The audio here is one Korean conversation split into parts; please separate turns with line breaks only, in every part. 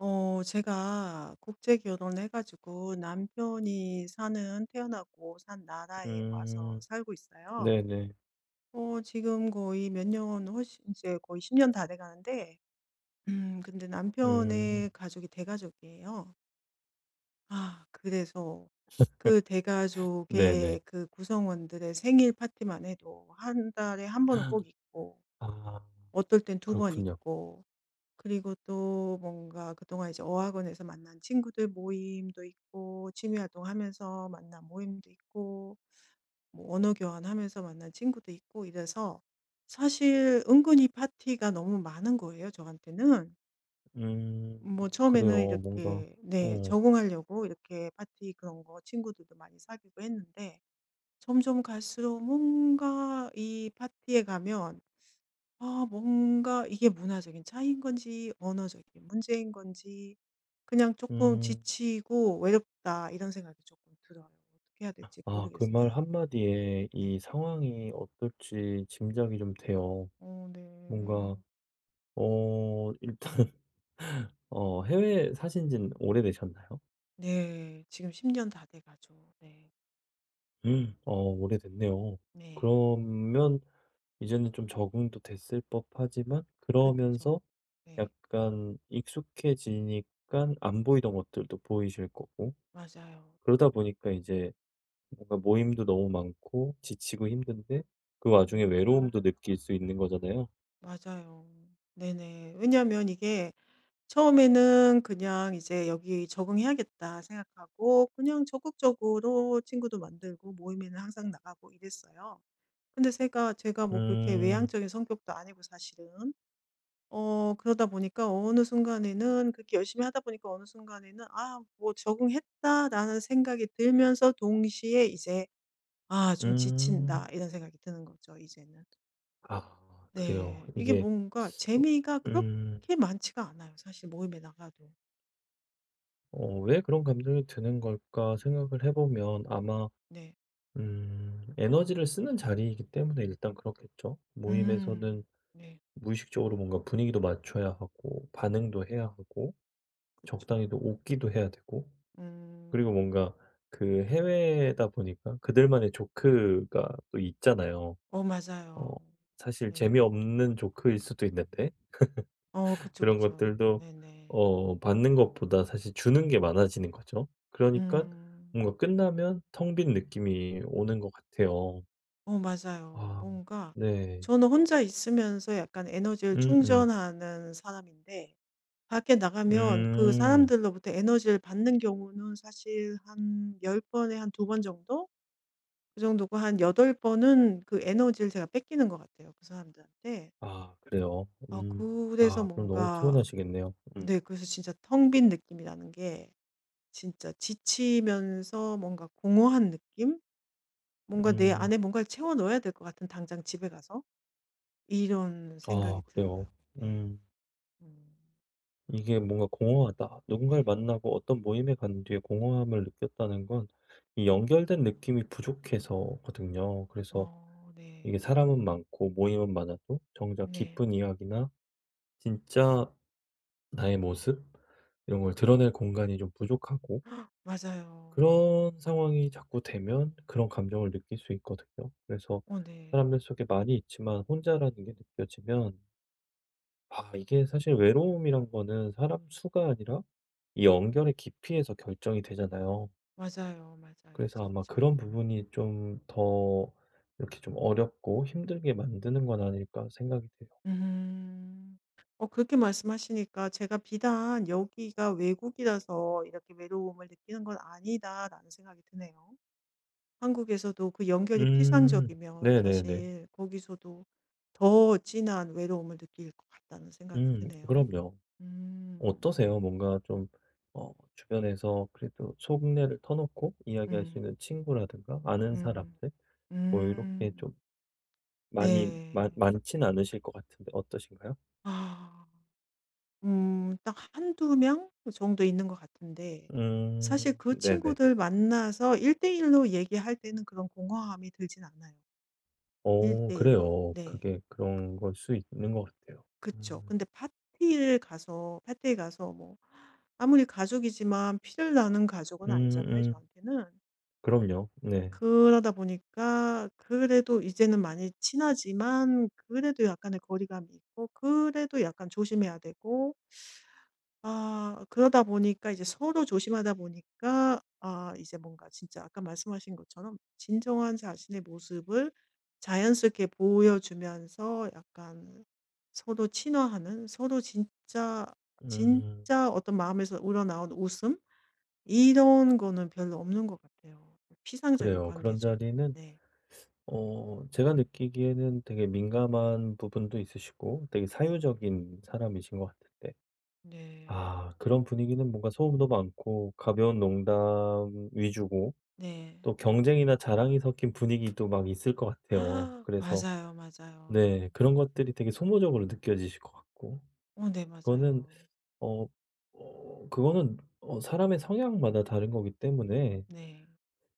제가 국제 결혼을 해 가지고 남편이 사는 태어나고 산 나라에 와서
음.
살고 있어요.
네네.
지금 거의 몇 년 훨씬 이제 거의 10년 다 돼 가는데 근데
음.
남편의 가족이 대가족이에요. 그래서 그
네네.
대가족의 그 구성원들의 생일 파티만 해도 한 달에 한 번은 꼭 있고
아
어떨 땐 두 번
그렇군요.
있고 그리고 또 뭔가 그동안 이제 어학원에서 만난 친구들 모임도 있고, 취미 활동하면서 만난 모임도 있고, 뭐 언어 교환하면서 만난 친구도 있고 이래서 사실 은근히 파티가 너무 많은 거예요, 저한테는.
음.
뭐 처음에는
그래요. 뭔가
이렇게 네,
어
적응하려고 이렇게 파티 그런 거 친구들도 많이 사귀고 했는데 점점 갈수록 뭔가 이 파티에 가면 아, 뭔가 이게 문화적인 차이인 건지, 언어적인 문제인 건지, 그냥 조금
음
지치고 외롭다 이런 생각이 조금 들어요. 어떻게 해야 될지
그 말
모르겠어요.
한마디에
네.
이 상황이 어떨지 짐작이 좀 돼요.
어 네.
뭔가 일단 해외에 사신 지는 오래되셨나요?
네. 지금 10년 다 돼 가죠. 네.
오래됐네요.
네.
그러면 이제는 좀 적응도 됐을 법하지만
그죠
그러면서
네.
약간 익숙해지니깐 안 보이던 것들도 보이실 거고
맞아요.
그러다 보니까 이제 뭔가 모임도 너무 많고 지치고 힘든데 그 와중에 외로움도 느낄 수 있는 거잖아요.
맞아요. 네네. 왜냐하면 이게 처음에는 그냥 이제 '여기 적응해야겠다.' 생각하고 그냥 적극적으로 친구도 만들고 모임에는 항상 나가고 이랬어요. 근데 제가 뭐 그렇게
음.
외향적인 성격도 아니고 사실은. 그러다 보니까 어느 순간에는 그렇게 열심히 하다 보니까 어느 순간에는 '아 뭐 적응했다.'라는 생각이 들면서 동시에 이제 '아 좀
음.
지친다.' 이런 생각이 드는 거죠 이제는.
아 그래요.
네. 이게
이게
뭔가 재미가
음.
그렇게 많지가 않아요 사실 모임에 나가도.
'왜 그런 감정이 드는 걸까?' 생각을 해 보면 아마
네.
에너지를 쓰는 자리이기 때문에 일단 그렇겠죠.
음.
모임에서는
네.
무의식적으로 뭔가 분위기도 맞춰야 하고 반응도 해야 하고
그쵸.
적당히 또 웃기도 해야 되고 그리고
음.
뭔가 그 해외다 보니까 그들만의 조크가 또 있잖아요.
어
어
맞아요.
사실
네.
재미없는 조크일 수도 있는데
어 그쵸,
그런
그쵸.
것들도
네네.
받는 것보다 사실 주는 게 많아지는 거죠. 그러니까
음.
뭔가 끝나면 텅 빈 느낌이 오는 것 같아요.
어 맞아요.
아
뭔가
네.
저는 혼자 있으면서 약간 에너지를
음 음.
충전하는 사람인데 밖에 나가면 그
음. 음.
사람들로부터 에너지를 받는 경우는 사실 한 10 번에 한 2번 정도? 그 정도고 한 8 번은 그 에너지를 제가 뺏기는 것 같아요, 그 사람들한테.
아 그래요? 음.
그래서
아 그럼 너무
뭔가
피곤하시겠네요. 음.
네 그래서 진짜 텅 빈 느낌이 나는 게 진짜 지치면서 뭔가 공허한 느낌? 뭔가 내
음.
안에 뭔가를 채워 넣어야 될 것 같은 당장 집에 가서. 이런 생각이
아 그래요.
들어요. 네.
음.
음.
이게 뭔가 공허하다. 누군가를
네.
만나고 어떤 모임에 간 뒤에 공허함을 느꼈다는 건 이 연결된 느낌이 부족해서거든요. 그래서
어
이게
네.
사람은 많고 모임은 많아도 정작
네.
깊은 이야기나 진짜 나의 모습 이런 걸 드러낼 공간이 좀 부족하고
헉, 맞아요.
그런 상황이 자꾸 되면 그런 감정을 느낄 수 있거든요. 그래서
어 네.
사람들 속에 많이 있지만 혼자라는 게 느껴지면 아 이게 사실 외로움이란 거는 사람 수가 아니라 이 연결의 깊이에서 결정이 되잖아요.
맞아요, 맞아요.
그래서 아마
진짜.
그런 부분이 좀 더 이렇게 좀 어렵고 힘들게 만드는 건 아닐까 생각이 돼요.
음. 그렇게 말씀하시니까 제가 비단 '여기가 외국이라서 이렇게 외로움을 느끼는 건 아니다.'라는 생각이 드네요. 한국에서도 그 연결이
음.
피상적이면
네네네.
사실 거기서도 더 진한 외로움을 느낄 것 같다는 생각이 드네요.
그럼요.
음.
어떠세요? 뭔가 좀 주변에서 그래도 속내를 터놓고 이야기할 수
음.
있는 친구라든가 아는
음.
사람들 뭐 이렇게 좀
음.
많이 많
네.
많진 않으실 것 같은데 어떠신가요?
아. 딱 한두 명 그 정도 있는 것 같은데
음.
사실 그
네네네.
친구들 만나서 1:1 로 얘기할 때는 그런 공허함이 들진 않아요.
어
1:1 로.
그래요.
네.
그게 그런 걸 수 있는 것 같아요.
그쵸.
음.
근데 파티를 가서 파티에 가서 뭐 아무리 가족이지만 피를 나는 가족은 아니잖아요,
음음.
저한테는.
그럼요. 네.
그러다 보니까 그래도 이제는 많이 친하지만 그래도 약간의 거리감이 있고 그래도 약간 조심해야 되고 그러다 보니까 이제 서로 조심하다 보니까 아 이제 뭔가 진짜 아까 말씀하신 것처럼 진정한 자신의 모습을 자연스럽게 보여주면서 약간 서로 진짜
음
진짜 어떤 마음에서 우러나온 웃음 이런 거는 별로 없는 것 같아요. 피상적인
그래요. 그런
관계죠.
자리는
네.
제가 느끼기에는 되게 민감한 부분도 있으시고 되게 사유적인 사람이신 것 같은데
네.
아 그런 분위기는 뭔가 소음도 많고 가벼운 농담 위주고
네.
또 경쟁이나 자랑이 섞인 분위기도 막 있을 것 같아요.
아,
그래서
맞아요, 맞아요.
네 그런 것들이 되게 소모적으로 느껴지실 것 같고
어 네
그거는
맞아요.
어 그거는 사람의 성향마다 다른 거기 때문에
네.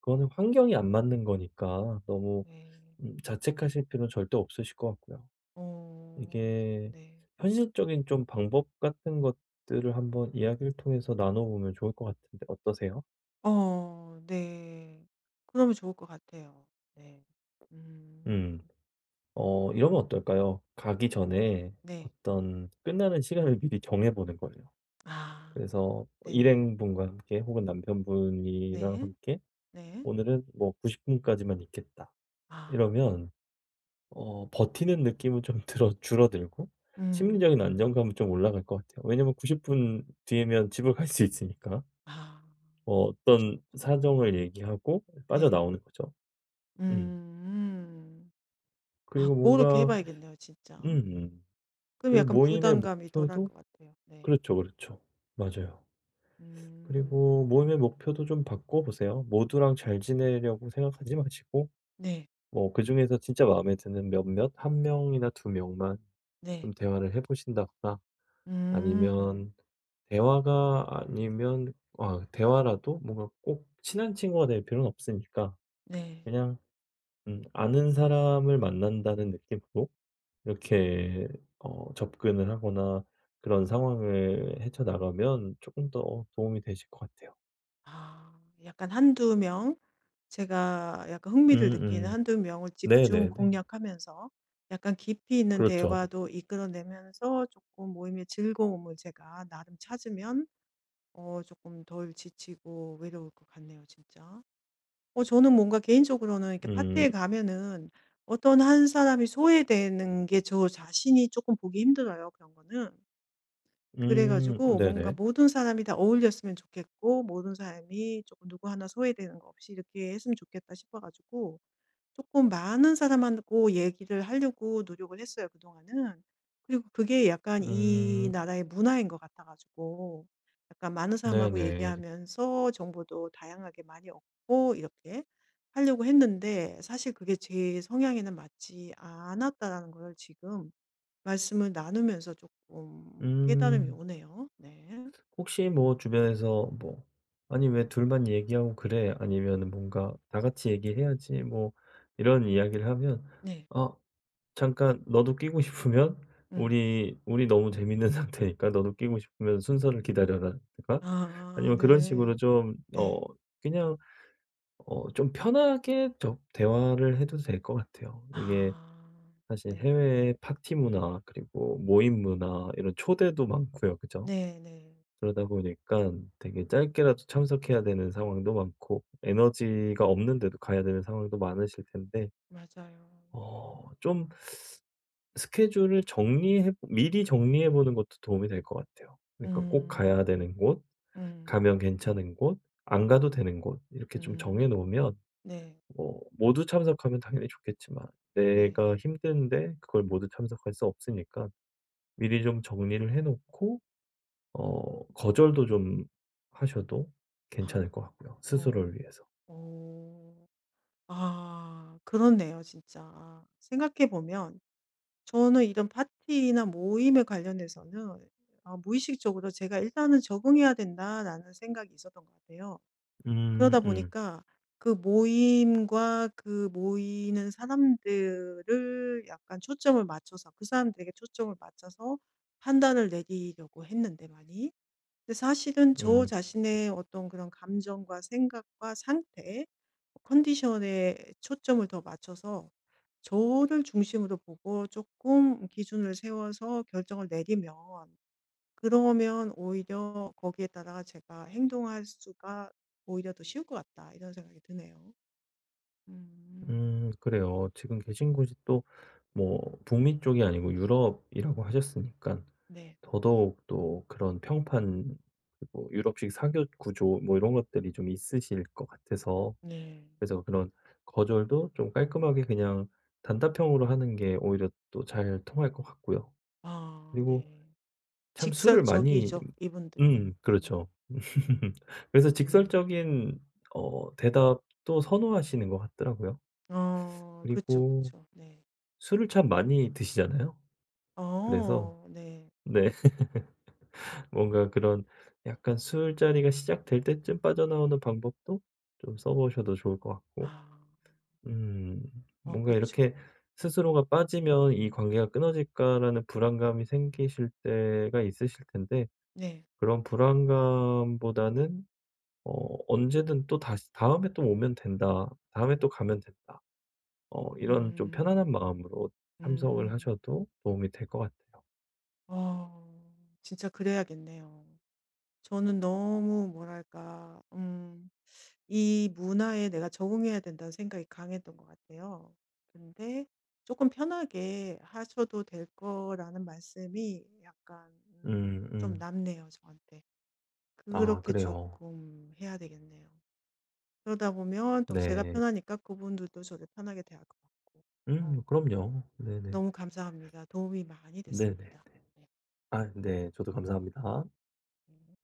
그거는 환경이 안 맞는 거니까 너무
네.
자책하실 필요는 절대 없으실 것 같고요.
어
이게
네.
현실적인 좀 방법 같은 것들을 한번 이야기를 통해서 나눠 보면 좋을 것 같은데 어떠세요?
어 네. 그러면 좋을 것 같아요. 네.
음.
음
이러면 어떨까요? 가기 전에
네.
어떤 끝나는 시간을 미리 정해 보는 거예요.
아
그래서
네네.
일행분과 함께 혹은 남편분이랑
네.
함께
네.
'오늘은 뭐 90분 분까지만 있겠다.'
아.
이러면 버티는 느낌은 좀 들어 줄어들고 심리적인
음.
안정감은 좀 올라갈 것 같아요. 왜냐면 90분 뒤에면 집을 갈 수 있으니까.
아 그쵸,
어떤
그쵸.
사정을 얘기하고
네.
빠져나오는 거죠.
음.
음.
음. 아
그리고
고렇게 해
뭔가
봐야겠네요 진짜.
음
그럼
그리고
약간
모임의
부담감이 덜할
목표도
것 같아요. 네.
그렇죠, 그렇죠. 맞아요.
음.
그리고 모임의 목표도 좀 바꿔 보세요. 모두랑 잘 지내려고 생각하지 마시고
네.
뭐 그중에서 진짜 마음에 드는 몇몇 한 명이나 두 명만 좀
네.
대화를 해 보신다거나
음.
아니면 대화가 아니면 대화라도 뭔가 꼭 친한 친구가 될 필요는 없으니까
네.
그냥 아는 사람을 만난다는 느낌으로 이렇게 접근을 하거나 그런 상황을 헤쳐나가면 조금 더 도움이 되실 것 같아요.
아. 약간 한두 명 제가 약간 흥미를 느끼는
음음.
한두 명을 집중
네네네.
공략하면서 약간 깊이 있는
그렇죠.
대화도 이끌어내면서 쪼끔 모임의 즐거움을 제가 나름 찾으면 어 쪼끔 덜 지치고 외로울 것 같네요 진짜. 저는 뭔가 개인적으로는 이렇게
음.
파티에 가면은 어떤 한 사람이 소외되는 게 저 자신이 쪼끔 보기 힘들어요 그런 거는. 그래 가지고 뭔가
네네.
모든 사람이 다 어울렸으면 좋겠고 모든 사람이 조금 누구 하나 소외되는 거 없이 이렇게 했으면 좋겠다 싶어 가지고 조금 많은 사람하고 얘기를 하려고 노력을 했어요 그동안은. 그리고 그게 약간 이
음
나라의 문화인 것 같아 가지고 약간 많은 사람하고
네네.
얘기하면서 정보도 다양하게 많이 얻고 이렇게 하려고 했는데 사실 그게 제 성향에는 맞지 않았다라는 걸 지금 말씀을 나누면서 조금 깨달음이
음.
오네요. 네.
혹시 뭐 주변에서 뭐 "아니 왜 둘만 얘기하고 그래?" 아니면 뭔가 "다 같이 얘기해야지." 뭐 이런 이야기를 하면
네.
"아 잠깐 너도 끼고 싶으면
음.
우리 우리 너무 재밌는 상태니까 너도 끼고 싶으면 순서를 기다려라."든가
아
아니면 그런
네.
식으로 좀
네.
그냥 좀 편하게 좀 대화를 해도 될 것 같아요. 이게
아
사실
네.
해외의 파티 문화 그리고 모임 문화 이런 초대도 많고요. 그죠?
네네.
그러다 보니까 되게 짧게라도 참석해야 되는 상황도 많고 에너지가 없는데도 가야 되는 상황도 많으실 텐데
맞아요.
좀 스케줄을 정리해 미리 정리해 보는 것도 도움이 될 것 같아요. 그러니까 꼭 가야
음.
되는 곳,
음.
가면 괜찮은 곳, 안 가도 되는 곳 이렇게 좀 정해
음.
놓으면
네.
뭐 모두 참석하면 당연히 좋겠지만
네.
내가 힘든데 그걸 모두 참석할 수 없으니까 미리 좀 정리를 해 놓고 거절도 좀 하셔도
아.
괜찮을 것 같고요, 스스로를
어.
위해서.
어. 아 그렇네요 진짜. 생각해 보면 저는 이런 파티나 모임에 관련해서는 아 무의식적으로 제가 '일단은 적응해야 된다.'라는 생각이 있었던 것 같아요.
음
그러다
음.
보니까 그 모임과 그 모이는 사람들을 약간 초점을 맞춰서 그 사람들에게 초점을 맞춰서 판단을 내리려고 했는데 많이. 근데 사실은 저
음.
자신의 어떤 그런 감정과 생각과 상태, 컨디션에 초점을 더 맞춰서 저를 중심으로 보고 조금 기준을 세워서 결정을 내리면 그러면 오히려 거기에 따라 제가 행동할 수가 오히려 더 쉬울 것 같다. 이런 생각이 드네요. 음.
그래요. 지금 계신 곳이 또 뭐 북미 쪽이 아니고 유럽이라고 하셨으니까
네.
더더욱 또 그런 평판 그리고 유럽식 사교 구조 뭐 이런 것들이 좀 있으실 것 같아서
네.
그래서 그런 거절도 좀 깔끔하게 그냥 단답형으로 하는 게 오히려 또 잘 통할 것 같고요.
아,
그리고
네.
참 술을 많이
직설적이죠, 이분들이. 네네.
그렇죠. 그래서
음.
직설적인 대답도 선호하시는 것 같더라고요.
어, 그죠그
그리고
죠 네.
술을 참 많이 드시잖아요. 그래서
어, 네.
네 뭔가 그런 약간 술자리가 시작될 때쯤 빠져나오는 방법도 좀 써 보셔도 좋을 것 같고
아,
음
어, 그
뭔가
죠
이렇게 '스스로가 빠지면 이 관계가 끊어질까.'라는 불안감이 생기실 때가 있으실 텐데
네.
그런 불안감보다는 언제든 또 다시 '다음에 또 오면 된다. 다음에 또 가면 된다.' 이런 좀
음,
편안한 마음으로 참석을
음.
하셔도 도움이 될 것 같아요.
어, 진짜 그래야겠네요. 저는 너무 뭐랄까, 이 문화에 내가 적응해야 된다는 생각이 강했던 것 같아요. 근데 조금 편하게 하셔도 될 거라는 말씀이 약간
음
좀
음.
남네요 저한테.
아
그렇게
그래요.
조금 해야 되겠네요. 그러다 보면 또 제가
네.
편하니까 그분들도 저를 편하게 대할 것 같고. 어
그럼요. 네네.
너무 감사합니다. 도움이 많이
네네.
됐습니다. 네.
아 네. 저도 감사합니다.
음.